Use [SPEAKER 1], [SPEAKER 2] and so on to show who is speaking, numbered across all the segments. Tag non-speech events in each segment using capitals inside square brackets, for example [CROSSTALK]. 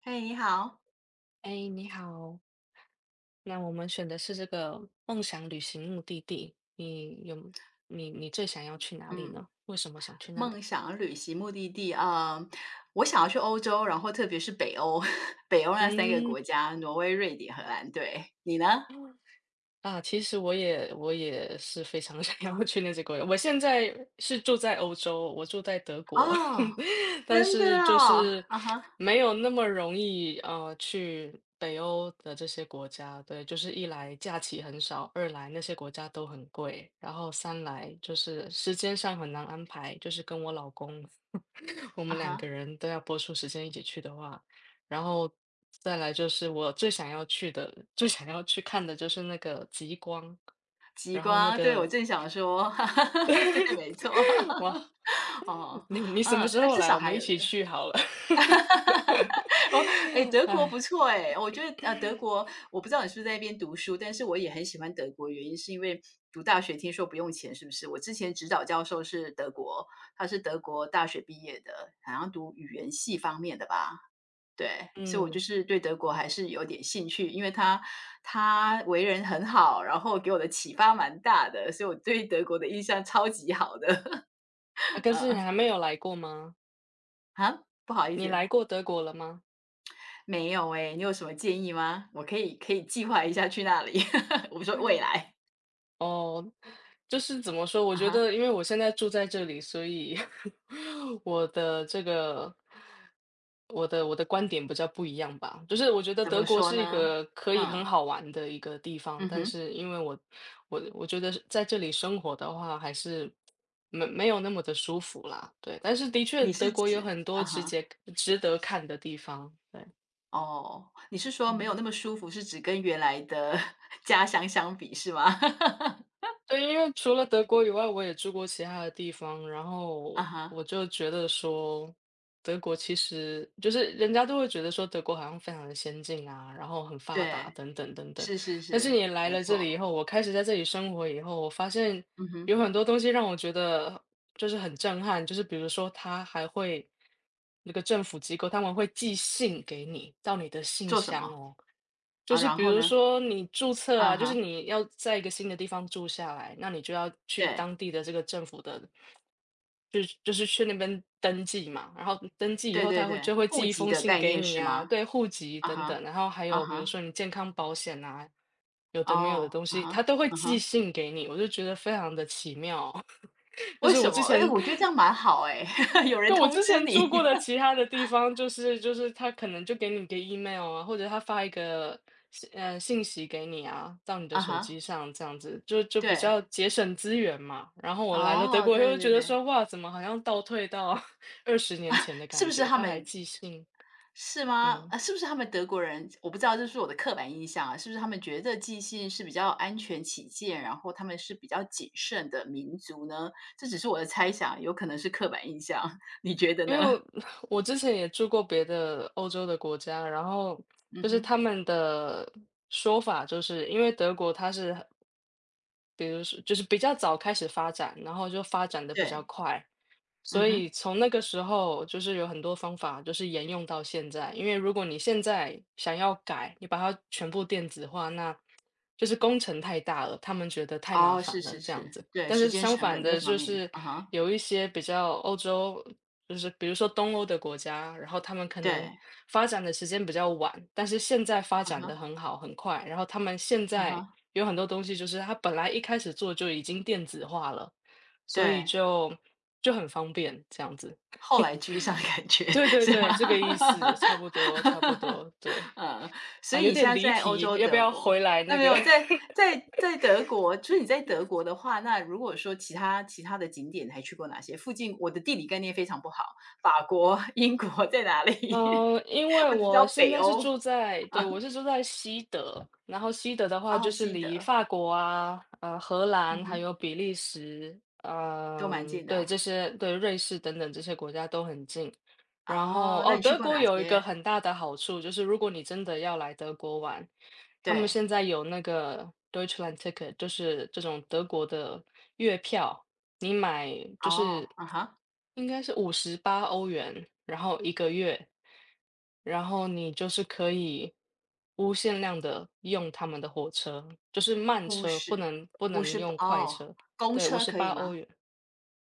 [SPEAKER 1] 嘿，你好，
[SPEAKER 2] 哎，你好，那我们选的是这个梦想旅行目的地，你有你你最想要去哪里
[SPEAKER 1] 嗯，
[SPEAKER 2] 呢？为什么想去那里？
[SPEAKER 1] 梦想旅行目的地啊，我想要去欧洲，然后特别是北欧，[LAUGHS] 北欧那三个
[SPEAKER 2] 嗯，
[SPEAKER 1] 国家，挪威、瑞典、荷兰。对，你呢？
[SPEAKER 2] 其实我也是非常 [LAUGHS] 想要去那些国家。我现在是住在欧洲，我住在德国，
[SPEAKER 1] 哦，
[SPEAKER 2] [LAUGHS] 但
[SPEAKER 1] 真的
[SPEAKER 2] 是就
[SPEAKER 1] 哦，
[SPEAKER 2] 是
[SPEAKER 1] 啊哈，
[SPEAKER 2] 没有那么容易去北欧的这些国家。对，就是一来假期很少，二来那些国家都很贵，然后三来就是时间上很难安排。就是跟我老公，[LAUGHS] 我
[SPEAKER 1] 啊
[SPEAKER 2] 们两个
[SPEAKER 1] 哈，
[SPEAKER 2] 人都要播出时间一起去的话。然后再来就是我最想要去的最想要去看的就是那个极光，
[SPEAKER 1] 极
[SPEAKER 2] 然后那
[SPEAKER 1] 光，对，我
[SPEAKER 2] 个
[SPEAKER 1] 正想说，[LAUGHS] 对，没错，
[SPEAKER 2] [LAUGHS] 哇，
[SPEAKER 1] [LAUGHS] 哦，
[SPEAKER 2] 你什么
[SPEAKER 1] 嗯，
[SPEAKER 2] 时
[SPEAKER 1] 那
[SPEAKER 2] 候
[SPEAKER 1] 至
[SPEAKER 2] 来？
[SPEAKER 1] 少
[SPEAKER 2] 我
[SPEAKER 1] 还
[SPEAKER 2] 们一
[SPEAKER 1] 有一
[SPEAKER 2] 起
[SPEAKER 1] 个
[SPEAKER 2] 去好了。
[SPEAKER 1] [LAUGHS] 哈哈哈哦，哎，
[SPEAKER 2] [LAUGHS]
[SPEAKER 1] 德国
[SPEAKER 2] 哎，
[SPEAKER 1] 不错哎，我觉得德国我不知道你是不是在那边读书，但是我也很喜欢德国，原因是因为读大学听说不用钱，是不是？我之前指导教授是德国，他是德国大学毕业的，好像读语言系方面的吧。对，所以我就
[SPEAKER 2] 嗯，
[SPEAKER 1] 是对德国还是有点兴趣，因为他为人很好，然后给我的启发蛮大的，所以我对德国的印象超级好的。[LAUGHS]
[SPEAKER 2] 啊可是你
[SPEAKER 1] 嗯，
[SPEAKER 2] 还没有来过吗？
[SPEAKER 1] 啊，不好意
[SPEAKER 2] 你
[SPEAKER 1] 思。
[SPEAKER 2] 来过德国了吗？
[SPEAKER 1] 没有诶，你有什么建议吗？我可以计划一下去那里。[LAUGHS] 我说未来，
[SPEAKER 2] 哦，就是怎么说，我
[SPEAKER 1] 啊
[SPEAKER 2] 觉
[SPEAKER 1] 哈，
[SPEAKER 2] 得因为我现在住在这里，所以 [LAUGHS] 我的这个我的我的观点比较不一样吧。就是我觉得
[SPEAKER 1] 怎
[SPEAKER 2] 德
[SPEAKER 1] 么
[SPEAKER 2] 国
[SPEAKER 1] 说
[SPEAKER 2] 是一
[SPEAKER 1] 呢？
[SPEAKER 2] 个可以很
[SPEAKER 1] 嗯，
[SPEAKER 2] 好玩的一个地方，
[SPEAKER 1] 嗯
[SPEAKER 2] 但
[SPEAKER 1] 哼，
[SPEAKER 2] 是因为我觉得是在这里生活的话，还是没有那么的舒服啦。对，但是的确
[SPEAKER 1] 你
[SPEAKER 2] 德
[SPEAKER 1] 是
[SPEAKER 2] 国有
[SPEAKER 1] 指
[SPEAKER 2] 很多
[SPEAKER 1] 啊
[SPEAKER 2] 值
[SPEAKER 1] 哈，
[SPEAKER 2] 得值得看的地方。对，
[SPEAKER 1] 哦，你是说没有
[SPEAKER 2] 嗯。
[SPEAKER 1] 那么舒服，是指跟原来的 [LAUGHS] 家乡相比是吗？[LAUGHS]
[SPEAKER 2] 对，因为除了德国以外，我也住过其他的地方，然
[SPEAKER 1] 啊
[SPEAKER 2] 后我
[SPEAKER 1] 哈，
[SPEAKER 2] 就觉得说，德国其实就是人家都会觉得说德国好像非常的先进啊，然后很发达
[SPEAKER 1] 对，
[SPEAKER 2] 等等等等。
[SPEAKER 1] 是是
[SPEAKER 2] 但是
[SPEAKER 1] 是，
[SPEAKER 2] 你来
[SPEAKER 1] 没
[SPEAKER 2] 了这
[SPEAKER 1] 错。
[SPEAKER 2] 里以后，我开始在这里生活以后，我发现
[SPEAKER 1] 嗯
[SPEAKER 2] 有
[SPEAKER 1] 哼，
[SPEAKER 2] 很多东西让我觉得就是很震撼，就是比如说他还会那个政府机构他们会寄信给你到你的信
[SPEAKER 1] 做什
[SPEAKER 2] 箱
[SPEAKER 1] 么
[SPEAKER 2] 哦。就
[SPEAKER 1] 啊？
[SPEAKER 2] 是
[SPEAKER 1] 然
[SPEAKER 2] 比
[SPEAKER 1] 后
[SPEAKER 2] 如
[SPEAKER 1] 呢？
[SPEAKER 2] 说你注册
[SPEAKER 1] 啊
[SPEAKER 2] 啊，就是
[SPEAKER 1] 哈，
[SPEAKER 2] 你要在一个新的地方住下来，那你就要去
[SPEAKER 1] 对
[SPEAKER 2] 当地的这个政府的，就是去那边登记嘛。然后登记以
[SPEAKER 1] 对
[SPEAKER 2] 后，
[SPEAKER 1] 对
[SPEAKER 2] 他会
[SPEAKER 1] 对，
[SPEAKER 2] 就会
[SPEAKER 1] 户
[SPEAKER 2] 寄一
[SPEAKER 1] 籍
[SPEAKER 2] 封
[SPEAKER 1] 的
[SPEAKER 2] 信
[SPEAKER 1] 概
[SPEAKER 2] 给
[SPEAKER 1] 念
[SPEAKER 2] 你
[SPEAKER 1] 是
[SPEAKER 2] 啊，
[SPEAKER 1] 吗？
[SPEAKER 2] 对，户籍
[SPEAKER 1] 啊
[SPEAKER 2] 等
[SPEAKER 1] 哈，
[SPEAKER 2] 等。然后还
[SPEAKER 1] 啊
[SPEAKER 2] 有比如
[SPEAKER 1] 哈，
[SPEAKER 2] 说你健康保险啊，有的没有的
[SPEAKER 1] 哦，
[SPEAKER 2] 东
[SPEAKER 1] 啊
[SPEAKER 2] 西，
[SPEAKER 1] 哈，
[SPEAKER 2] 他都会
[SPEAKER 1] 啊
[SPEAKER 2] 寄
[SPEAKER 1] 哈。
[SPEAKER 2] 信给你，我就觉得非常的奇妙。[LAUGHS] 就
[SPEAKER 1] 为
[SPEAKER 2] 是我
[SPEAKER 1] 什
[SPEAKER 2] 之
[SPEAKER 1] 么？哎，
[SPEAKER 2] 前
[SPEAKER 1] 我觉得这样蛮好哎，[LAUGHS] 有人
[SPEAKER 2] 对，我
[SPEAKER 1] 通
[SPEAKER 2] 之
[SPEAKER 1] 知
[SPEAKER 2] 前
[SPEAKER 1] 你。
[SPEAKER 2] 住过的
[SPEAKER 1] [LAUGHS]
[SPEAKER 2] 其他的地方，就是他可能就给你个 email 啊，或者他发一个信息给你啊，到你的
[SPEAKER 1] 啊
[SPEAKER 2] 手机
[SPEAKER 1] 哈，
[SPEAKER 2] 上这样子，就比
[SPEAKER 1] 对，
[SPEAKER 2] 较节省资源嘛。然后我来了德
[SPEAKER 1] 哦，
[SPEAKER 2] 国以
[SPEAKER 1] 对
[SPEAKER 2] 后，觉
[SPEAKER 1] 对
[SPEAKER 2] 得
[SPEAKER 1] 对，
[SPEAKER 2] 说哇，怎么好像倒退到 [LAUGHS] 20年前的
[SPEAKER 1] 是
[SPEAKER 2] 感
[SPEAKER 1] 不是
[SPEAKER 2] 觉？
[SPEAKER 1] 他
[SPEAKER 2] 他还
[SPEAKER 1] 们
[SPEAKER 2] 寄信，
[SPEAKER 1] 是吗？
[SPEAKER 2] 嗯，
[SPEAKER 1] 是不是他们德国人我不知道，这是我的刻板印象啊，是不是他们觉得寄信是比较安全起见，然后他们是比较谨慎的民族呢？这只是我的猜想，有可能是刻板印象，[LAUGHS] 你觉得
[SPEAKER 2] 因
[SPEAKER 1] 呢？
[SPEAKER 2] 为我 [LAUGHS] 我之前也住过别的欧洲的国家，然后
[SPEAKER 1] 嗯
[SPEAKER 2] 就是
[SPEAKER 1] 哼，
[SPEAKER 2] 他们的说法，就是因为德国它是比如说就是比较早开始发展，然后就发展的比较
[SPEAKER 1] 对，
[SPEAKER 2] 快。
[SPEAKER 1] 嗯
[SPEAKER 2] 所以
[SPEAKER 1] 哼，
[SPEAKER 2] 从那个时候就是有很多方法，就是沿用到现在。因为如果你现在想要改，你把它全部电子化，那就是工程太大了，他们觉得太麻
[SPEAKER 1] 哦，是
[SPEAKER 2] 烦了
[SPEAKER 1] 是
[SPEAKER 2] 这样
[SPEAKER 1] 是，
[SPEAKER 2] 子。
[SPEAKER 1] 对，
[SPEAKER 2] 但
[SPEAKER 1] 时
[SPEAKER 2] 是
[SPEAKER 1] 间
[SPEAKER 2] 相
[SPEAKER 1] 成
[SPEAKER 2] 反
[SPEAKER 1] 本这
[SPEAKER 2] 的，
[SPEAKER 1] 方
[SPEAKER 2] 就
[SPEAKER 1] 面，
[SPEAKER 2] 是
[SPEAKER 1] 啊哈，
[SPEAKER 2] 有一些比较欧洲，就是比如说东欧的国家，然后他们可
[SPEAKER 1] 对，
[SPEAKER 2] 能发展的时间比较晚，但是现在发
[SPEAKER 1] 啊
[SPEAKER 2] 展的
[SPEAKER 1] 哈，
[SPEAKER 2] 很好很快，然后他们现
[SPEAKER 1] 啊
[SPEAKER 2] 在
[SPEAKER 1] 哈，
[SPEAKER 2] 有很多东西就是它本来一开始做就已经电子化了，所以
[SPEAKER 1] 对。
[SPEAKER 2] 就很方便这样子。
[SPEAKER 1] 后来居上的感觉，
[SPEAKER 2] 对对
[SPEAKER 1] 是
[SPEAKER 2] 对，这个意
[SPEAKER 1] 吧？
[SPEAKER 2] 思，差不多差不
[SPEAKER 1] [LAUGHS]
[SPEAKER 2] 多，对。
[SPEAKER 1] 嗯，所
[SPEAKER 2] 啊，
[SPEAKER 1] 以
[SPEAKER 2] 有
[SPEAKER 1] 你现
[SPEAKER 2] 点
[SPEAKER 1] 在
[SPEAKER 2] 离
[SPEAKER 1] 在欧
[SPEAKER 2] 题，
[SPEAKER 1] 洲
[SPEAKER 2] 要不
[SPEAKER 1] 德
[SPEAKER 2] 要
[SPEAKER 1] 国
[SPEAKER 2] 回来
[SPEAKER 1] 啊，
[SPEAKER 2] 那
[SPEAKER 1] 没
[SPEAKER 2] 个？
[SPEAKER 1] 有，在德国就是你在德国的话，那如果说其他的景点你还去过哪些？附近我的地理概念非常不好，法国、英国在哪里？
[SPEAKER 2] 嗯，因
[SPEAKER 1] [LAUGHS]
[SPEAKER 2] 为
[SPEAKER 1] 我只知
[SPEAKER 2] 我
[SPEAKER 1] 道
[SPEAKER 2] 现
[SPEAKER 1] 北
[SPEAKER 2] 在是
[SPEAKER 1] 欧。
[SPEAKER 2] 住在对，我是住在西德，然后西德的话
[SPEAKER 1] 哦，
[SPEAKER 2] 就是
[SPEAKER 1] 西
[SPEAKER 2] 离
[SPEAKER 1] 德，
[SPEAKER 2] 法国啊、荷
[SPEAKER 1] 嗯
[SPEAKER 2] 兰还
[SPEAKER 1] 哼，
[SPEAKER 2] 有比利时，
[SPEAKER 1] 都蛮
[SPEAKER 2] 嗯、
[SPEAKER 1] 近
[SPEAKER 2] 对
[SPEAKER 1] 的。
[SPEAKER 2] 这些对瑞士等等这些国家都很近。然后
[SPEAKER 1] 哦，那
[SPEAKER 2] 哦，
[SPEAKER 1] 你去
[SPEAKER 2] 德
[SPEAKER 1] 过
[SPEAKER 2] 国
[SPEAKER 1] 哪
[SPEAKER 2] 有一个
[SPEAKER 1] 些？
[SPEAKER 2] 很大的好处就是，如果你真的要来德国玩，他们
[SPEAKER 1] 对，
[SPEAKER 2] 现在有那个 Deutschland Ticket,就是这种德国的月票，你买就
[SPEAKER 1] 哦，
[SPEAKER 2] 是
[SPEAKER 1] 啊哈，
[SPEAKER 2] 应该是五十八欧元，然后一个月。然后你就是可以无限量的用他们的火车，就是慢
[SPEAKER 1] 乌
[SPEAKER 2] 车，不
[SPEAKER 1] 市
[SPEAKER 2] 能不
[SPEAKER 1] 乌
[SPEAKER 2] 能
[SPEAKER 1] 市，
[SPEAKER 2] 用快
[SPEAKER 1] 哦，
[SPEAKER 2] 车。
[SPEAKER 1] 公
[SPEAKER 2] 对五
[SPEAKER 1] 车
[SPEAKER 2] 十
[SPEAKER 1] 可
[SPEAKER 2] 八
[SPEAKER 1] 以
[SPEAKER 2] 欧
[SPEAKER 1] 吗？
[SPEAKER 2] 元。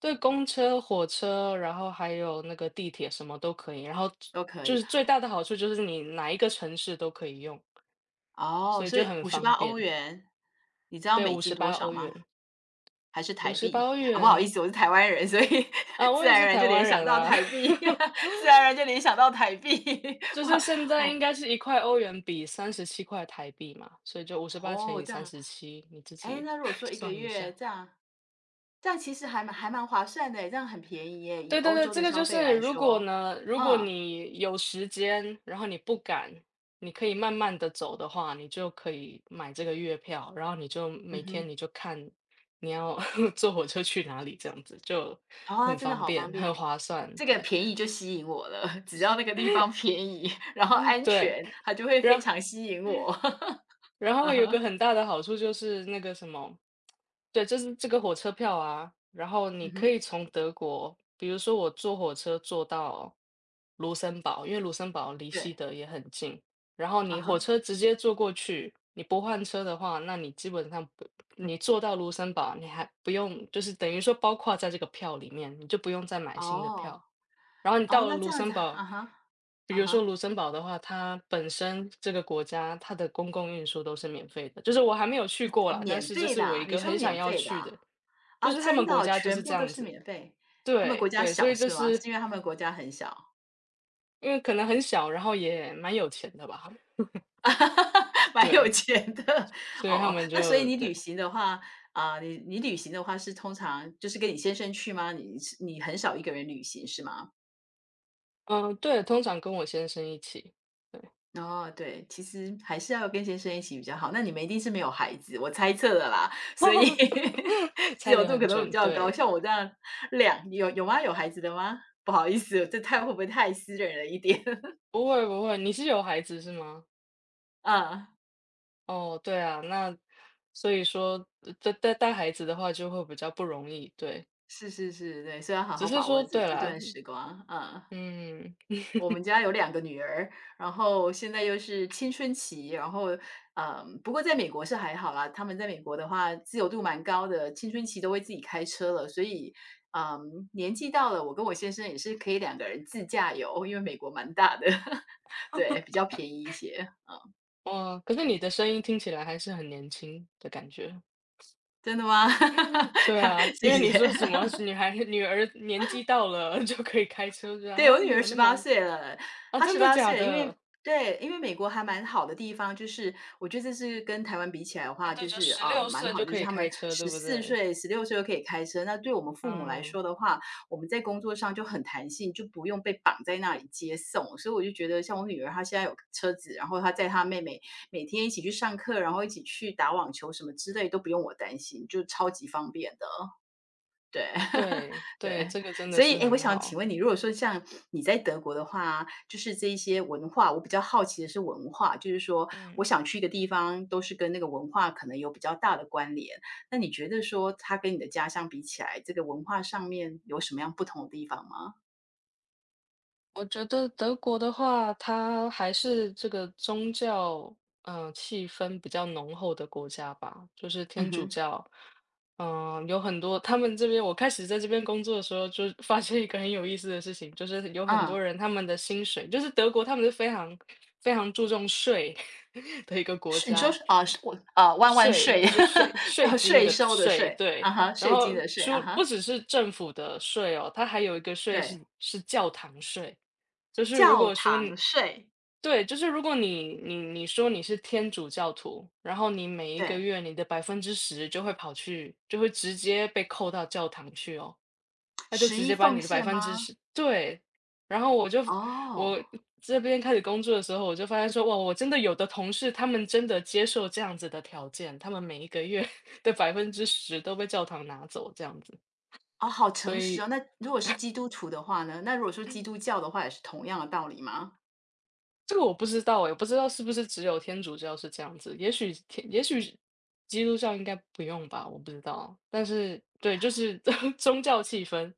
[SPEAKER 2] 对，公车、火车，然后还有那个地铁什么都可以，然后
[SPEAKER 1] 都可
[SPEAKER 2] 就
[SPEAKER 1] 以，
[SPEAKER 2] 是最大的好处就是你哪一个城市都可以用，
[SPEAKER 1] 哦，
[SPEAKER 2] 所以
[SPEAKER 1] 所
[SPEAKER 2] 就
[SPEAKER 1] 以
[SPEAKER 2] 很
[SPEAKER 1] 五十八
[SPEAKER 2] 方
[SPEAKER 1] 欧
[SPEAKER 2] 便。
[SPEAKER 1] 元，你知道
[SPEAKER 2] 对
[SPEAKER 1] 美
[SPEAKER 2] 五
[SPEAKER 1] 金
[SPEAKER 2] 十
[SPEAKER 1] 多
[SPEAKER 2] 八
[SPEAKER 1] 少
[SPEAKER 2] 欧
[SPEAKER 1] 吗？
[SPEAKER 2] 元
[SPEAKER 1] 还是
[SPEAKER 2] 五
[SPEAKER 1] 台
[SPEAKER 2] 十八
[SPEAKER 1] 币？
[SPEAKER 2] 欧
[SPEAKER 1] 啊，不好意
[SPEAKER 2] 元，
[SPEAKER 1] 思，我是台湾人，所以
[SPEAKER 2] 啊，
[SPEAKER 1] [LAUGHS] 自
[SPEAKER 2] 我也
[SPEAKER 1] 然而
[SPEAKER 2] 是
[SPEAKER 1] 然
[SPEAKER 2] 台
[SPEAKER 1] 就联
[SPEAKER 2] 湾
[SPEAKER 1] 想
[SPEAKER 2] 人
[SPEAKER 1] 到
[SPEAKER 2] 啊。
[SPEAKER 1] 台币，
[SPEAKER 2] [LAUGHS]
[SPEAKER 1] [LAUGHS] 自然而然就联想到台币，[LAUGHS]
[SPEAKER 2] 就
[SPEAKER 1] 哇，
[SPEAKER 2] 是现在
[SPEAKER 1] 哦，
[SPEAKER 2] 应该是一块欧元比37块台币嘛，所以就五十八乘
[SPEAKER 1] 哦，
[SPEAKER 2] 以
[SPEAKER 1] 这
[SPEAKER 2] 三
[SPEAKER 1] 样。
[SPEAKER 2] 十七，你自
[SPEAKER 1] 诶，
[SPEAKER 2] 己
[SPEAKER 1] 那如果说
[SPEAKER 2] [LAUGHS]
[SPEAKER 1] 一个
[SPEAKER 2] 算一
[SPEAKER 1] 月
[SPEAKER 2] 下。
[SPEAKER 1] 这样其实还蛮划算的这样很便宜耶，以
[SPEAKER 2] 对对
[SPEAKER 1] 欧
[SPEAKER 2] 对，
[SPEAKER 1] 洲
[SPEAKER 2] 这
[SPEAKER 1] 的
[SPEAKER 2] 个
[SPEAKER 1] 消
[SPEAKER 2] 就
[SPEAKER 1] 费
[SPEAKER 2] 是
[SPEAKER 1] 来
[SPEAKER 2] 如果
[SPEAKER 1] 说。
[SPEAKER 2] 呢，如果
[SPEAKER 1] 嗯，
[SPEAKER 2] 你有时间，然后你不敢，你可以慢慢的走的话，你就可以买这个月票，然后你就
[SPEAKER 1] 嗯
[SPEAKER 2] 每天
[SPEAKER 1] 哼，
[SPEAKER 2] 你就看你要 [LAUGHS] 坐火车去哪里，这样子就
[SPEAKER 1] 啊，
[SPEAKER 2] 很
[SPEAKER 1] 真的
[SPEAKER 2] 方
[SPEAKER 1] 好方
[SPEAKER 2] 便，
[SPEAKER 1] 便。
[SPEAKER 2] 很划算，
[SPEAKER 1] 这个
[SPEAKER 2] 对
[SPEAKER 1] 便宜就吸引我了，只要那个地方便宜，然后安
[SPEAKER 2] 对。
[SPEAKER 1] 全，它就会非
[SPEAKER 2] 然
[SPEAKER 1] 常吸引我。[LAUGHS]
[SPEAKER 2] 然后有个很大的好处就是那个什么，对，就是这个火车票啊，然后你
[SPEAKER 1] 嗯
[SPEAKER 2] 可
[SPEAKER 1] 哼，
[SPEAKER 2] 以从德国，比如说我坐火车坐到卢森堡，因为卢森堡离西
[SPEAKER 1] 对，
[SPEAKER 2] 德也很近，然后
[SPEAKER 1] 啊
[SPEAKER 2] 你
[SPEAKER 1] 哈，
[SPEAKER 2] 火车直接坐过去，你不换车的话，那你基本上不，你坐到卢森堡，你还不用，就是等于说包括在这个票里面，你就不用再买新的
[SPEAKER 1] 哦，
[SPEAKER 2] 票。然后你
[SPEAKER 1] 哦，
[SPEAKER 2] 到了
[SPEAKER 1] 那这
[SPEAKER 2] 卢
[SPEAKER 1] 样子，
[SPEAKER 2] 森堡，
[SPEAKER 1] 啊哈，
[SPEAKER 2] 比
[SPEAKER 1] 啊
[SPEAKER 2] 如说
[SPEAKER 1] 哈，
[SPEAKER 2] 卢森堡的话，它本身这个国家它的公共运输都是免费的，就是我还没有去过
[SPEAKER 1] 啊
[SPEAKER 2] 啦，但
[SPEAKER 1] 免
[SPEAKER 2] 是这
[SPEAKER 1] 费
[SPEAKER 2] 是
[SPEAKER 1] 的
[SPEAKER 2] 我
[SPEAKER 1] 啊
[SPEAKER 2] 一
[SPEAKER 1] 你
[SPEAKER 2] 个
[SPEAKER 1] 说
[SPEAKER 2] 很想
[SPEAKER 1] 免
[SPEAKER 2] 要
[SPEAKER 1] 费的
[SPEAKER 2] 去的，
[SPEAKER 1] 啊？
[SPEAKER 2] 就
[SPEAKER 1] 啊，
[SPEAKER 2] 是他
[SPEAKER 1] 真
[SPEAKER 2] 们
[SPEAKER 1] 的
[SPEAKER 2] 国
[SPEAKER 1] 哦
[SPEAKER 2] 家就
[SPEAKER 1] 全
[SPEAKER 2] 是
[SPEAKER 1] 部
[SPEAKER 2] 这
[SPEAKER 1] 都
[SPEAKER 2] 样
[SPEAKER 1] 是
[SPEAKER 2] 子，
[SPEAKER 1] 免费。他们国
[SPEAKER 2] 对
[SPEAKER 1] 家
[SPEAKER 2] 对，所
[SPEAKER 1] 小
[SPEAKER 2] 以这
[SPEAKER 1] 是吗？
[SPEAKER 2] 是
[SPEAKER 1] 是因为他们国家很小，
[SPEAKER 2] 因为可能很小，然后也蛮有钱的吧，
[SPEAKER 1] [LAUGHS] 蛮有
[SPEAKER 2] 对，
[SPEAKER 1] 钱的。
[SPEAKER 2] 所以他
[SPEAKER 1] 哦，
[SPEAKER 2] 们
[SPEAKER 1] 那所以
[SPEAKER 2] 就
[SPEAKER 1] 你
[SPEAKER 2] 对，
[SPEAKER 1] 旅行的话，啊、你旅行的话是通常就是跟你先生去吗？你很少一个人旅行是吗？
[SPEAKER 2] 嗯，对，通常跟我先生一起，对，
[SPEAKER 1] 哦，对，其实还是要跟先生一起比较好。那你们一定是没有孩子，我猜测的啦，所以 [LAUGHS]
[SPEAKER 2] [LAUGHS]
[SPEAKER 1] 自
[SPEAKER 2] 猜
[SPEAKER 1] 由
[SPEAKER 2] 得
[SPEAKER 1] 度
[SPEAKER 2] 很
[SPEAKER 1] 可能会比
[SPEAKER 2] 准，
[SPEAKER 1] 较高。
[SPEAKER 2] 对，
[SPEAKER 1] 像我这样有吗？有孩子的吗？不好意思，这会不会太私人了一点？[LAUGHS]
[SPEAKER 2] 不会不会，你是有孩子是吗？
[SPEAKER 1] 嗯，
[SPEAKER 2] 哦，对啊，那所以说呃带孩子的话就会比较不容易，对。
[SPEAKER 1] 是是是，对，所以要好
[SPEAKER 2] 只
[SPEAKER 1] 好
[SPEAKER 2] 是
[SPEAKER 1] 把握
[SPEAKER 2] 说
[SPEAKER 1] 这
[SPEAKER 2] 对
[SPEAKER 1] 这
[SPEAKER 2] 啦，
[SPEAKER 1] 段时光。嗯。
[SPEAKER 2] 嗯，
[SPEAKER 1] 我们家有2个女儿，然后现在又是青春期，然后，嗯，不过在美国是还好啦，他们在美国的话自由度蛮高的，青春期都会自己开车了，所以，嗯，年纪到了，我跟我先生也是可以2个人自驾游，因为美国蛮大的，[LAUGHS] 对，比较便宜一些。
[SPEAKER 2] 哦，可是你的声音听起来还是很年轻的感觉。
[SPEAKER 1] 真的吗？
[SPEAKER 2] [LAUGHS] 对啊，
[SPEAKER 1] [LAUGHS] 谢
[SPEAKER 2] 因为你
[SPEAKER 1] 谢。
[SPEAKER 2] 说什么女孩女儿年纪到了 [LAUGHS] 就可以开车，这样
[SPEAKER 1] 对，我
[SPEAKER 2] 啊，
[SPEAKER 1] 女
[SPEAKER 2] 你
[SPEAKER 1] 儿
[SPEAKER 2] 有
[SPEAKER 1] 十
[SPEAKER 2] 那么
[SPEAKER 1] 八岁了，
[SPEAKER 2] 啊，
[SPEAKER 1] 她
[SPEAKER 2] 真
[SPEAKER 1] 十
[SPEAKER 2] 的
[SPEAKER 1] 八
[SPEAKER 2] 假
[SPEAKER 1] 岁，了，因为
[SPEAKER 2] 的？
[SPEAKER 1] 对，因为美国还蛮好的地方，就是我觉得这是跟台湾比起来的
[SPEAKER 2] 啊，
[SPEAKER 1] 话，
[SPEAKER 2] 对，
[SPEAKER 1] 就
[SPEAKER 2] 就
[SPEAKER 1] 是
[SPEAKER 2] 十
[SPEAKER 1] 啊，
[SPEAKER 2] 六
[SPEAKER 1] 蛮
[SPEAKER 2] 岁
[SPEAKER 1] 好，
[SPEAKER 2] 就
[SPEAKER 1] 就
[SPEAKER 2] 可
[SPEAKER 1] 是
[SPEAKER 2] 以
[SPEAKER 1] 他们
[SPEAKER 2] 开车，
[SPEAKER 1] 十
[SPEAKER 2] 对不
[SPEAKER 1] 四
[SPEAKER 2] 对？
[SPEAKER 1] 岁、16岁就可以开车。那对我们父母来
[SPEAKER 2] 嗯，
[SPEAKER 1] 说的话，我们在工作上就很弹性，就不用被绑在那里接送。所以我就觉得像我女儿，她现在有车子，然后她载她妹妹每天一起去上课，然后一起去打网球什么之类，都不用我担心，就超级方便的。对，
[SPEAKER 2] 对
[SPEAKER 1] [LAUGHS]
[SPEAKER 2] 对，
[SPEAKER 1] 对，
[SPEAKER 2] 这个真的
[SPEAKER 1] 所以，
[SPEAKER 2] 是
[SPEAKER 1] 哎，我
[SPEAKER 2] 很
[SPEAKER 1] 想请
[SPEAKER 2] 好，
[SPEAKER 1] 问你，如果说像你在德国的话，就是这一些文化，我比较好奇的是文化，就是说我
[SPEAKER 2] 嗯。
[SPEAKER 1] 想去一个地方，都是跟那个文化可能有比较大的关联。那你觉得说它跟你的家乡比起来，这个文化上面有什么样不同的地方吗？
[SPEAKER 2] 我觉得德国的话，它还是这个宗教，嗯、气氛比较浓厚的国家吧，就是
[SPEAKER 1] 嗯
[SPEAKER 2] 天主
[SPEAKER 1] 哼，
[SPEAKER 2] 教，嗯、有很多他们这边，我开始在这边工作的时候，就发现一个很有意思的事情，就是有很多
[SPEAKER 1] 嗯，
[SPEAKER 2] 人他们的薪水，就是德国他们是非常非常注重税 [LAUGHS] 的一个国
[SPEAKER 1] 是你说
[SPEAKER 2] 家，
[SPEAKER 1] 是啊，是我啊，万万
[SPEAKER 2] 税
[SPEAKER 1] 税，
[SPEAKER 2] 就是税
[SPEAKER 1] [LAUGHS]
[SPEAKER 2] 税
[SPEAKER 1] 叫
[SPEAKER 2] 金
[SPEAKER 1] 税
[SPEAKER 2] 的
[SPEAKER 1] 收的
[SPEAKER 2] 税，
[SPEAKER 1] 税，
[SPEAKER 2] 对。
[SPEAKER 1] 啊哈，
[SPEAKER 2] 然
[SPEAKER 1] 税金
[SPEAKER 2] 后
[SPEAKER 1] 的税，啊
[SPEAKER 2] 除
[SPEAKER 1] 哈，
[SPEAKER 2] 不只是政府的税哦，它还有一个税
[SPEAKER 1] 对，
[SPEAKER 2] 是教堂税，就是如
[SPEAKER 1] 教
[SPEAKER 2] 果说你
[SPEAKER 1] 堂税，
[SPEAKER 2] 对，就是如果你说你是天主教徒，然后你每一个
[SPEAKER 1] 对，
[SPEAKER 2] 月你的百分之十就会跑去，就会直接被扣到教堂去哦。他就
[SPEAKER 1] 十
[SPEAKER 2] 直
[SPEAKER 1] 一
[SPEAKER 2] 接把
[SPEAKER 1] 奉
[SPEAKER 2] 你的百
[SPEAKER 1] 献
[SPEAKER 2] 分之
[SPEAKER 1] 吗？
[SPEAKER 2] 十对，然后我就
[SPEAKER 1] 哦，
[SPEAKER 2] 我这边开始工作的时候，我就发现说，哇，我真的有的同事，他们真的接受这样子的条件，他们每一个月 [LAUGHS] 的10%都被教堂拿走，这样子。
[SPEAKER 1] 哦，好
[SPEAKER 2] 所
[SPEAKER 1] 诚实
[SPEAKER 2] 以
[SPEAKER 1] 哦。那如果是基督徒的话呢？那如果说基督教的话，也是同样的道理吗？
[SPEAKER 2] 这个我不知道欸，也不知道是不是只有天主教是这样子，也许基督教应该不用吧，我不知道。但是对，就是 [LAUGHS] 宗教气氛，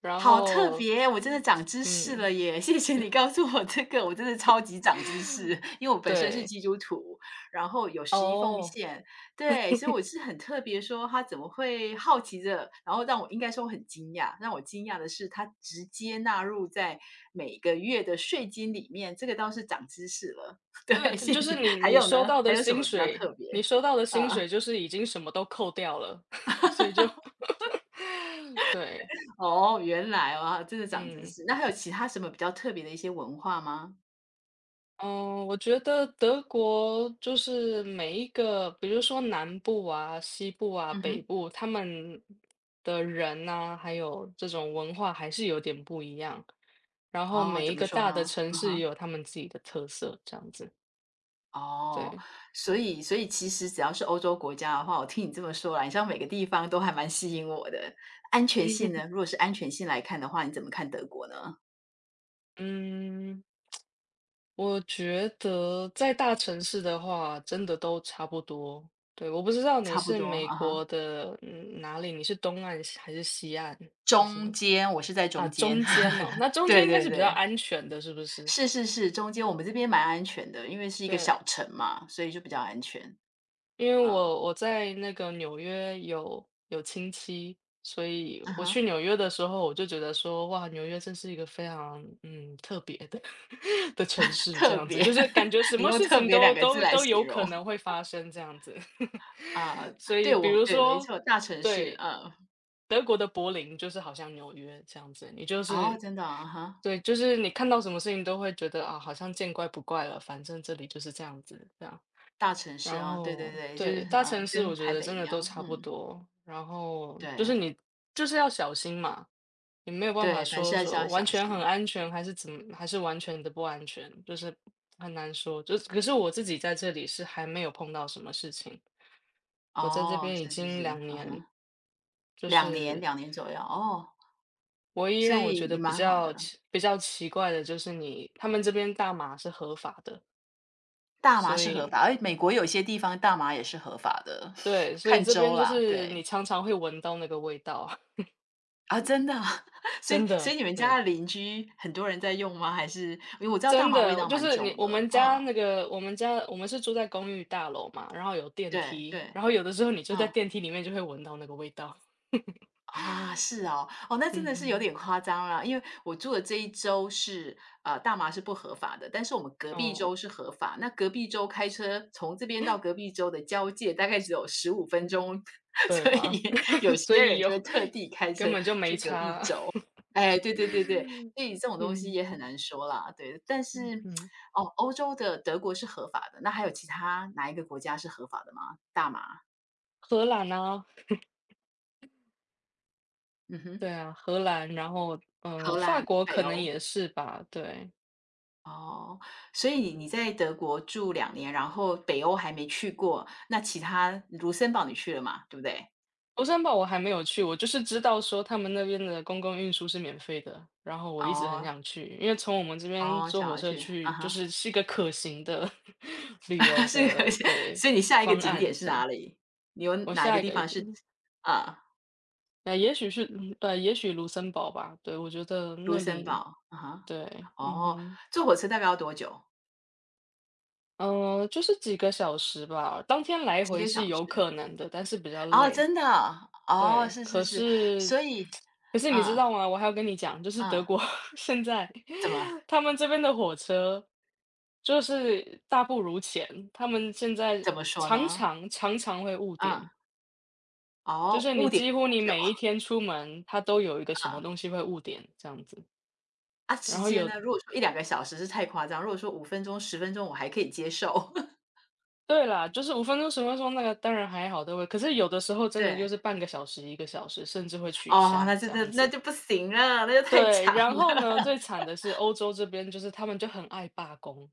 [SPEAKER 2] 然
[SPEAKER 1] 好特
[SPEAKER 2] 后
[SPEAKER 1] 别，我真的长知识
[SPEAKER 2] 嗯，
[SPEAKER 1] 了耶！谢谢你告诉我这个，我真的超级长知识。因为我本身是
[SPEAKER 2] 对，
[SPEAKER 1] 基督徒，然后有十一奉
[SPEAKER 2] 哦。
[SPEAKER 1] 献，对，所以我是很特别说他怎么会好奇着，然后让我应该说我很惊讶，让我惊讶的是他直接纳入在每个月的税金里面，这个倒是长知识了。[LAUGHS]
[SPEAKER 2] 对，
[SPEAKER 1] 对，
[SPEAKER 2] 它
[SPEAKER 1] 谢
[SPEAKER 2] 就
[SPEAKER 1] 谢。
[SPEAKER 2] 是你
[SPEAKER 1] 还
[SPEAKER 2] 你
[SPEAKER 1] 有
[SPEAKER 2] 收
[SPEAKER 1] 呢？
[SPEAKER 2] 到
[SPEAKER 1] 还
[SPEAKER 2] 的
[SPEAKER 1] 有什
[SPEAKER 2] 薪
[SPEAKER 1] 么比较
[SPEAKER 2] 水，
[SPEAKER 1] 特
[SPEAKER 2] 你
[SPEAKER 1] 别？
[SPEAKER 2] 收到的薪
[SPEAKER 1] 啊，
[SPEAKER 2] 水就是已经什么都扣掉了。[LAUGHS] 对，
[SPEAKER 1] 哦，原来啊，真的长知
[SPEAKER 2] 嗯，
[SPEAKER 1] 识。那还有其他什么比较特别的一些文化吗？
[SPEAKER 2] 嗯，我觉得德国就是每一个，比如说南部啊、西部啊、
[SPEAKER 1] 嗯
[SPEAKER 2] 北
[SPEAKER 1] 哼。
[SPEAKER 2] 部，他们的人呐、还有这种文化还是有点不一样。然后
[SPEAKER 1] 哦，
[SPEAKER 2] 每
[SPEAKER 1] 怎
[SPEAKER 2] 一
[SPEAKER 1] 么
[SPEAKER 2] 个
[SPEAKER 1] 说呢？
[SPEAKER 2] 大的城
[SPEAKER 1] 嗯
[SPEAKER 2] 市也
[SPEAKER 1] 哼，
[SPEAKER 2] 有他们自己的特色，这样子。
[SPEAKER 1] 哦，
[SPEAKER 2] 对，
[SPEAKER 1] 所以其实只要是欧洲国家的话，我听你这么说来，你像每个地方都还蛮吸引我的。安全性呢？如果是安全性来看的话，你怎么看德国呢？
[SPEAKER 2] 嗯。我觉得在大城市的话，真的都差不多。对，我不知道你
[SPEAKER 1] 差不
[SPEAKER 2] 是
[SPEAKER 1] 多，
[SPEAKER 2] 美
[SPEAKER 1] 啊哈。
[SPEAKER 2] 国的，哪里？你是东岸西还是西岸？还是
[SPEAKER 1] 中间，我是在
[SPEAKER 2] 啊，
[SPEAKER 1] 中间。
[SPEAKER 2] 中间哦？
[SPEAKER 1] [LAUGHS]
[SPEAKER 2] 那中间
[SPEAKER 1] 对
[SPEAKER 2] 应该
[SPEAKER 1] 对
[SPEAKER 2] 是比较
[SPEAKER 1] 对，
[SPEAKER 2] 安全的，是不是？
[SPEAKER 1] 是是是，中间我们这边蛮安全的，因为是一个小
[SPEAKER 2] 对，
[SPEAKER 1] 城嘛，所以就比较安全。
[SPEAKER 2] 因为
[SPEAKER 1] 嗯，
[SPEAKER 2] 我在那个纽约有亲戚，所以
[SPEAKER 1] 嗯
[SPEAKER 2] 我去
[SPEAKER 1] 哼，
[SPEAKER 2] 纽约的时候，我就觉得说，哇，纽约真是一个非常特别的 [LAUGHS] 的城市，这
[SPEAKER 1] 特
[SPEAKER 2] 样子，
[SPEAKER 1] 别，
[SPEAKER 2] 就是感
[SPEAKER 1] [LAUGHS]
[SPEAKER 2] 觉什
[SPEAKER 1] 你
[SPEAKER 2] 么
[SPEAKER 1] 用
[SPEAKER 2] 事
[SPEAKER 1] “特
[SPEAKER 2] 情
[SPEAKER 1] 别”两
[SPEAKER 2] 都
[SPEAKER 1] 个字
[SPEAKER 2] 都
[SPEAKER 1] 来
[SPEAKER 2] 都有
[SPEAKER 1] 形容。
[SPEAKER 2] 可能会发生这样子。
[SPEAKER 1] 啊，
[SPEAKER 2] [LAUGHS] 所以，
[SPEAKER 1] 对，
[SPEAKER 2] 比
[SPEAKER 1] 我
[SPEAKER 2] 如
[SPEAKER 1] 对，没
[SPEAKER 2] 说，
[SPEAKER 1] 错，大城市，
[SPEAKER 2] 对
[SPEAKER 1] 嗯。
[SPEAKER 2] 德国的柏林，就是好像纽约这样子，你就
[SPEAKER 1] 哦，
[SPEAKER 2] 是
[SPEAKER 1] 真的啊，啊哈，
[SPEAKER 2] 对，就是你看到什么事情都会觉得啊，好像见怪不怪了，反正这里就是这样子，这样。
[SPEAKER 1] 大城市
[SPEAKER 2] 然
[SPEAKER 1] 啊，对对
[SPEAKER 2] 后
[SPEAKER 1] 对，就是，
[SPEAKER 2] 对，大城市
[SPEAKER 1] 跟
[SPEAKER 2] 我觉
[SPEAKER 1] 台
[SPEAKER 2] 得
[SPEAKER 1] 北
[SPEAKER 2] 真
[SPEAKER 1] 一
[SPEAKER 2] 的都
[SPEAKER 1] 样，
[SPEAKER 2] 差不
[SPEAKER 1] 嗯，
[SPEAKER 2] 多。然后
[SPEAKER 1] 对，
[SPEAKER 2] 就是你就是要小心嘛，你没有办法
[SPEAKER 1] 对，凡事
[SPEAKER 2] 说
[SPEAKER 1] 还是要
[SPEAKER 2] 说完
[SPEAKER 1] 小
[SPEAKER 2] 全很
[SPEAKER 1] 心，
[SPEAKER 2] 安全，
[SPEAKER 1] 对，
[SPEAKER 2] 还是怎么，还是完全的不安全，就是很难说。就是可是我自己在这里是还没有碰到什么事情，我在这
[SPEAKER 1] 哦，
[SPEAKER 2] 边已
[SPEAKER 1] 是是
[SPEAKER 2] 经
[SPEAKER 1] 是
[SPEAKER 2] 2年，就
[SPEAKER 1] 两年
[SPEAKER 2] 是
[SPEAKER 1] 两年左右，哦，
[SPEAKER 2] 唯一
[SPEAKER 1] 所
[SPEAKER 2] 让我
[SPEAKER 1] 以
[SPEAKER 2] 觉得
[SPEAKER 1] 也蛮好的。
[SPEAKER 2] 比较奇怪的就是你，他们这边大麻是合法的，
[SPEAKER 1] 大麻
[SPEAKER 2] 所
[SPEAKER 1] 是合
[SPEAKER 2] 以。
[SPEAKER 1] 法，而美国有些地方大麻也是合法的，
[SPEAKER 2] 对，
[SPEAKER 1] [LAUGHS]
[SPEAKER 2] 所以
[SPEAKER 1] 看
[SPEAKER 2] 这边
[SPEAKER 1] 州
[SPEAKER 2] 就
[SPEAKER 1] 啦，
[SPEAKER 2] 是
[SPEAKER 1] 对。
[SPEAKER 2] 你常常会闻到那个味道啊。
[SPEAKER 1] 啊，真的啊 [LAUGHS]
[SPEAKER 2] [LAUGHS]
[SPEAKER 1] 所以
[SPEAKER 2] 真
[SPEAKER 1] 所
[SPEAKER 2] 的，
[SPEAKER 1] 以你们家
[SPEAKER 2] 对。
[SPEAKER 1] 的邻居很多人在用吗？还是因为我知道大
[SPEAKER 2] 真
[SPEAKER 1] 麻味
[SPEAKER 2] 的，
[SPEAKER 1] 道
[SPEAKER 2] 就
[SPEAKER 1] 蛮
[SPEAKER 2] 是你
[SPEAKER 1] 重
[SPEAKER 2] 我
[SPEAKER 1] 的，
[SPEAKER 2] 们
[SPEAKER 1] 嗯，
[SPEAKER 2] 家那个我们家我们是住在公寓大楼嘛，然后有电
[SPEAKER 1] 对
[SPEAKER 2] 梯，
[SPEAKER 1] 对，
[SPEAKER 2] 然后有的时候你就在
[SPEAKER 1] 嗯。
[SPEAKER 2] 电梯里面就会闻到那个味道。
[SPEAKER 1] 啊，是哦，哦，那真
[SPEAKER 2] 嗯
[SPEAKER 1] 的是有
[SPEAKER 2] 哼。
[SPEAKER 1] 点夸张了，因为我住的这一周是，大麻是不合法的，但是我们隔壁州
[SPEAKER 2] 哦，
[SPEAKER 1] 是合法。那隔壁州开车从这边到隔壁州的交界大概只有15分钟，[LAUGHS]
[SPEAKER 2] 对
[SPEAKER 1] 所
[SPEAKER 2] 吗？
[SPEAKER 1] 以有
[SPEAKER 2] [LAUGHS] 所
[SPEAKER 1] 些
[SPEAKER 2] 以
[SPEAKER 1] 人
[SPEAKER 2] 有
[SPEAKER 1] 就会特地开
[SPEAKER 2] [LAUGHS] 根
[SPEAKER 1] 车
[SPEAKER 2] 本就
[SPEAKER 1] 去
[SPEAKER 2] 没
[SPEAKER 1] 隔壁
[SPEAKER 2] 差。
[SPEAKER 1] 州。
[SPEAKER 2] [LAUGHS]
[SPEAKER 1] 哎，对对对对，所以这种东西
[SPEAKER 2] 嗯，
[SPEAKER 1] 也很难说啦，对。但是，
[SPEAKER 2] 嗯，
[SPEAKER 1] 哦，欧洲的德国是合法的，那还有其他哪一个国家是合法的吗？大麻，
[SPEAKER 2] 荷兰啊，
[SPEAKER 1] 嗯哼，
[SPEAKER 2] 对啊，荷兰，然后，
[SPEAKER 1] 荷
[SPEAKER 2] 法
[SPEAKER 1] 兰，
[SPEAKER 2] 国
[SPEAKER 1] 北
[SPEAKER 2] 可能
[SPEAKER 1] 欧。
[SPEAKER 2] 也是吧，对。
[SPEAKER 1] 哦，所以你在德国住两年，然后北欧还没去过，那其他卢森堡你去了嘛，对不对？
[SPEAKER 2] 卢森堡我还没有去，我就是知道说他们那边的公共运输是免费的，然后我一直很
[SPEAKER 1] 哦，
[SPEAKER 2] 想去，因为从我们这边
[SPEAKER 1] 哦，
[SPEAKER 2] 坐
[SPEAKER 1] 想
[SPEAKER 2] 火
[SPEAKER 1] 要
[SPEAKER 2] 车
[SPEAKER 1] 去，啊
[SPEAKER 2] 去，
[SPEAKER 1] 哈，
[SPEAKER 2] 是一个可行的 [LAUGHS] 旅
[SPEAKER 1] [LAUGHS]
[SPEAKER 2] 游
[SPEAKER 1] 是个
[SPEAKER 2] 的，对，
[SPEAKER 1] 所以你下一个
[SPEAKER 2] 方
[SPEAKER 1] 景点
[SPEAKER 2] 案
[SPEAKER 1] 是
[SPEAKER 2] 这样。
[SPEAKER 1] 哪里？你有
[SPEAKER 2] 我
[SPEAKER 1] 哪一个
[SPEAKER 2] 下一
[SPEAKER 1] 地
[SPEAKER 2] 个一
[SPEAKER 1] 方是
[SPEAKER 2] 定，
[SPEAKER 1] 啊，
[SPEAKER 2] 那也许是，对，也许卢森堡吧，对，我觉得
[SPEAKER 1] 卢
[SPEAKER 2] 那
[SPEAKER 1] 森
[SPEAKER 2] 里，
[SPEAKER 1] 堡，啊哈，
[SPEAKER 2] 对，嗯
[SPEAKER 1] 哦，
[SPEAKER 2] 哼，
[SPEAKER 1] 坐火车大概要多久？
[SPEAKER 2] 就是几个小时吧，当天来
[SPEAKER 1] 几
[SPEAKER 2] 回
[SPEAKER 1] 个小
[SPEAKER 2] 是
[SPEAKER 1] 时？
[SPEAKER 2] 有可能的，但是比较
[SPEAKER 1] 哦，
[SPEAKER 2] 累。
[SPEAKER 1] 真的，哦，
[SPEAKER 2] 对，
[SPEAKER 1] 是是是，所以
[SPEAKER 2] 可是你知
[SPEAKER 1] 啊
[SPEAKER 2] 道吗？我还要跟你讲，就是德
[SPEAKER 1] 啊，
[SPEAKER 2] 国 [LAUGHS] 现在
[SPEAKER 1] 怎么
[SPEAKER 2] 他们这边的火车就是大不如前，他们现在
[SPEAKER 1] 怎么说
[SPEAKER 2] 常
[SPEAKER 1] 呢？
[SPEAKER 2] 常常常会误点，
[SPEAKER 1] 啊，
[SPEAKER 2] 就
[SPEAKER 1] 哦，
[SPEAKER 2] 是
[SPEAKER 1] 误
[SPEAKER 2] 你
[SPEAKER 1] 点
[SPEAKER 2] 几乎你
[SPEAKER 1] 多久？
[SPEAKER 2] 每一天出门，它都有一个什么
[SPEAKER 1] [LAUGHS]
[SPEAKER 2] 东西会误点这样子。
[SPEAKER 1] 啊，时
[SPEAKER 2] 然后
[SPEAKER 1] 间
[SPEAKER 2] 有，
[SPEAKER 1] 呢？如果说一两个小时是太夸张，如果说五分钟、10分钟我还可以接受。[LAUGHS]
[SPEAKER 2] 对啦，就是5分钟、10分钟那个当然还好，都会，可是有的时候真的
[SPEAKER 1] 对，
[SPEAKER 2] 就是半个小时、1个小时，甚至会取
[SPEAKER 1] 哦，那
[SPEAKER 2] 消
[SPEAKER 1] 真
[SPEAKER 2] 这
[SPEAKER 1] 的
[SPEAKER 2] 样
[SPEAKER 1] 那
[SPEAKER 2] 子。
[SPEAKER 1] 就不行了，那就太
[SPEAKER 2] 对，
[SPEAKER 1] 长
[SPEAKER 2] 然后
[SPEAKER 1] 了，
[SPEAKER 2] 呢，最惨的是欧洲这边，就是他们就很爱罢工。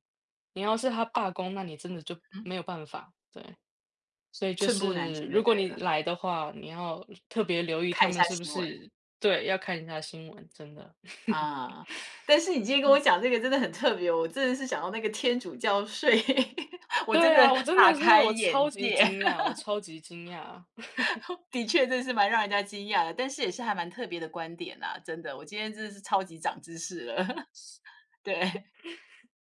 [SPEAKER 2] 你要是他罢工，那你真的就
[SPEAKER 1] 嗯
[SPEAKER 2] 没有办法。对，所以
[SPEAKER 1] [LAUGHS]
[SPEAKER 2] 就
[SPEAKER 1] 寸步难
[SPEAKER 2] 是
[SPEAKER 1] 行就
[SPEAKER 2] 如果
[SPEAKER 1] 对
[SPEAKER 2] 你
[SPEAKER 1] 了，
[SPEAKER 2] 来的话，你要特别留意
[SPEAKER 1] 看
[SPEAKER 2] 他
[SPEAKER 1] 一下
[SPEAKER 2] 们是不
[SPEAKER 1] 新闻，
[SPEAKER 2] 是对，要看一下新闻，真的。[LAUGHS]
[SPEAKER 1] 啊。但是你今天跟我讲这个真的很特别，我真的是想到那个天主教税，[LAUGHS] 我真
[SPEAKER 2] 对
[SPEAKER 1] 的
[SPEAKER 2] 啊，我真
[SPEAKER 1] 大
[SPEAKER 2] 的是
[SPEAKER 1] 开
[SPEAKER 2] 我
[SPEAKER 1] 眼
[SPEAKER 2] 超级
[SPEAKER 1] 界，
[SPEAKER 2] 惊讶，我超级惊讶。
[SPEAKER 1] [LAUGHS] 的确真是蛮让人家惊讶的，但是也是还蛮特别的观点啊，真的，我今天真的是超级长知识了，[LAUGHS] 对。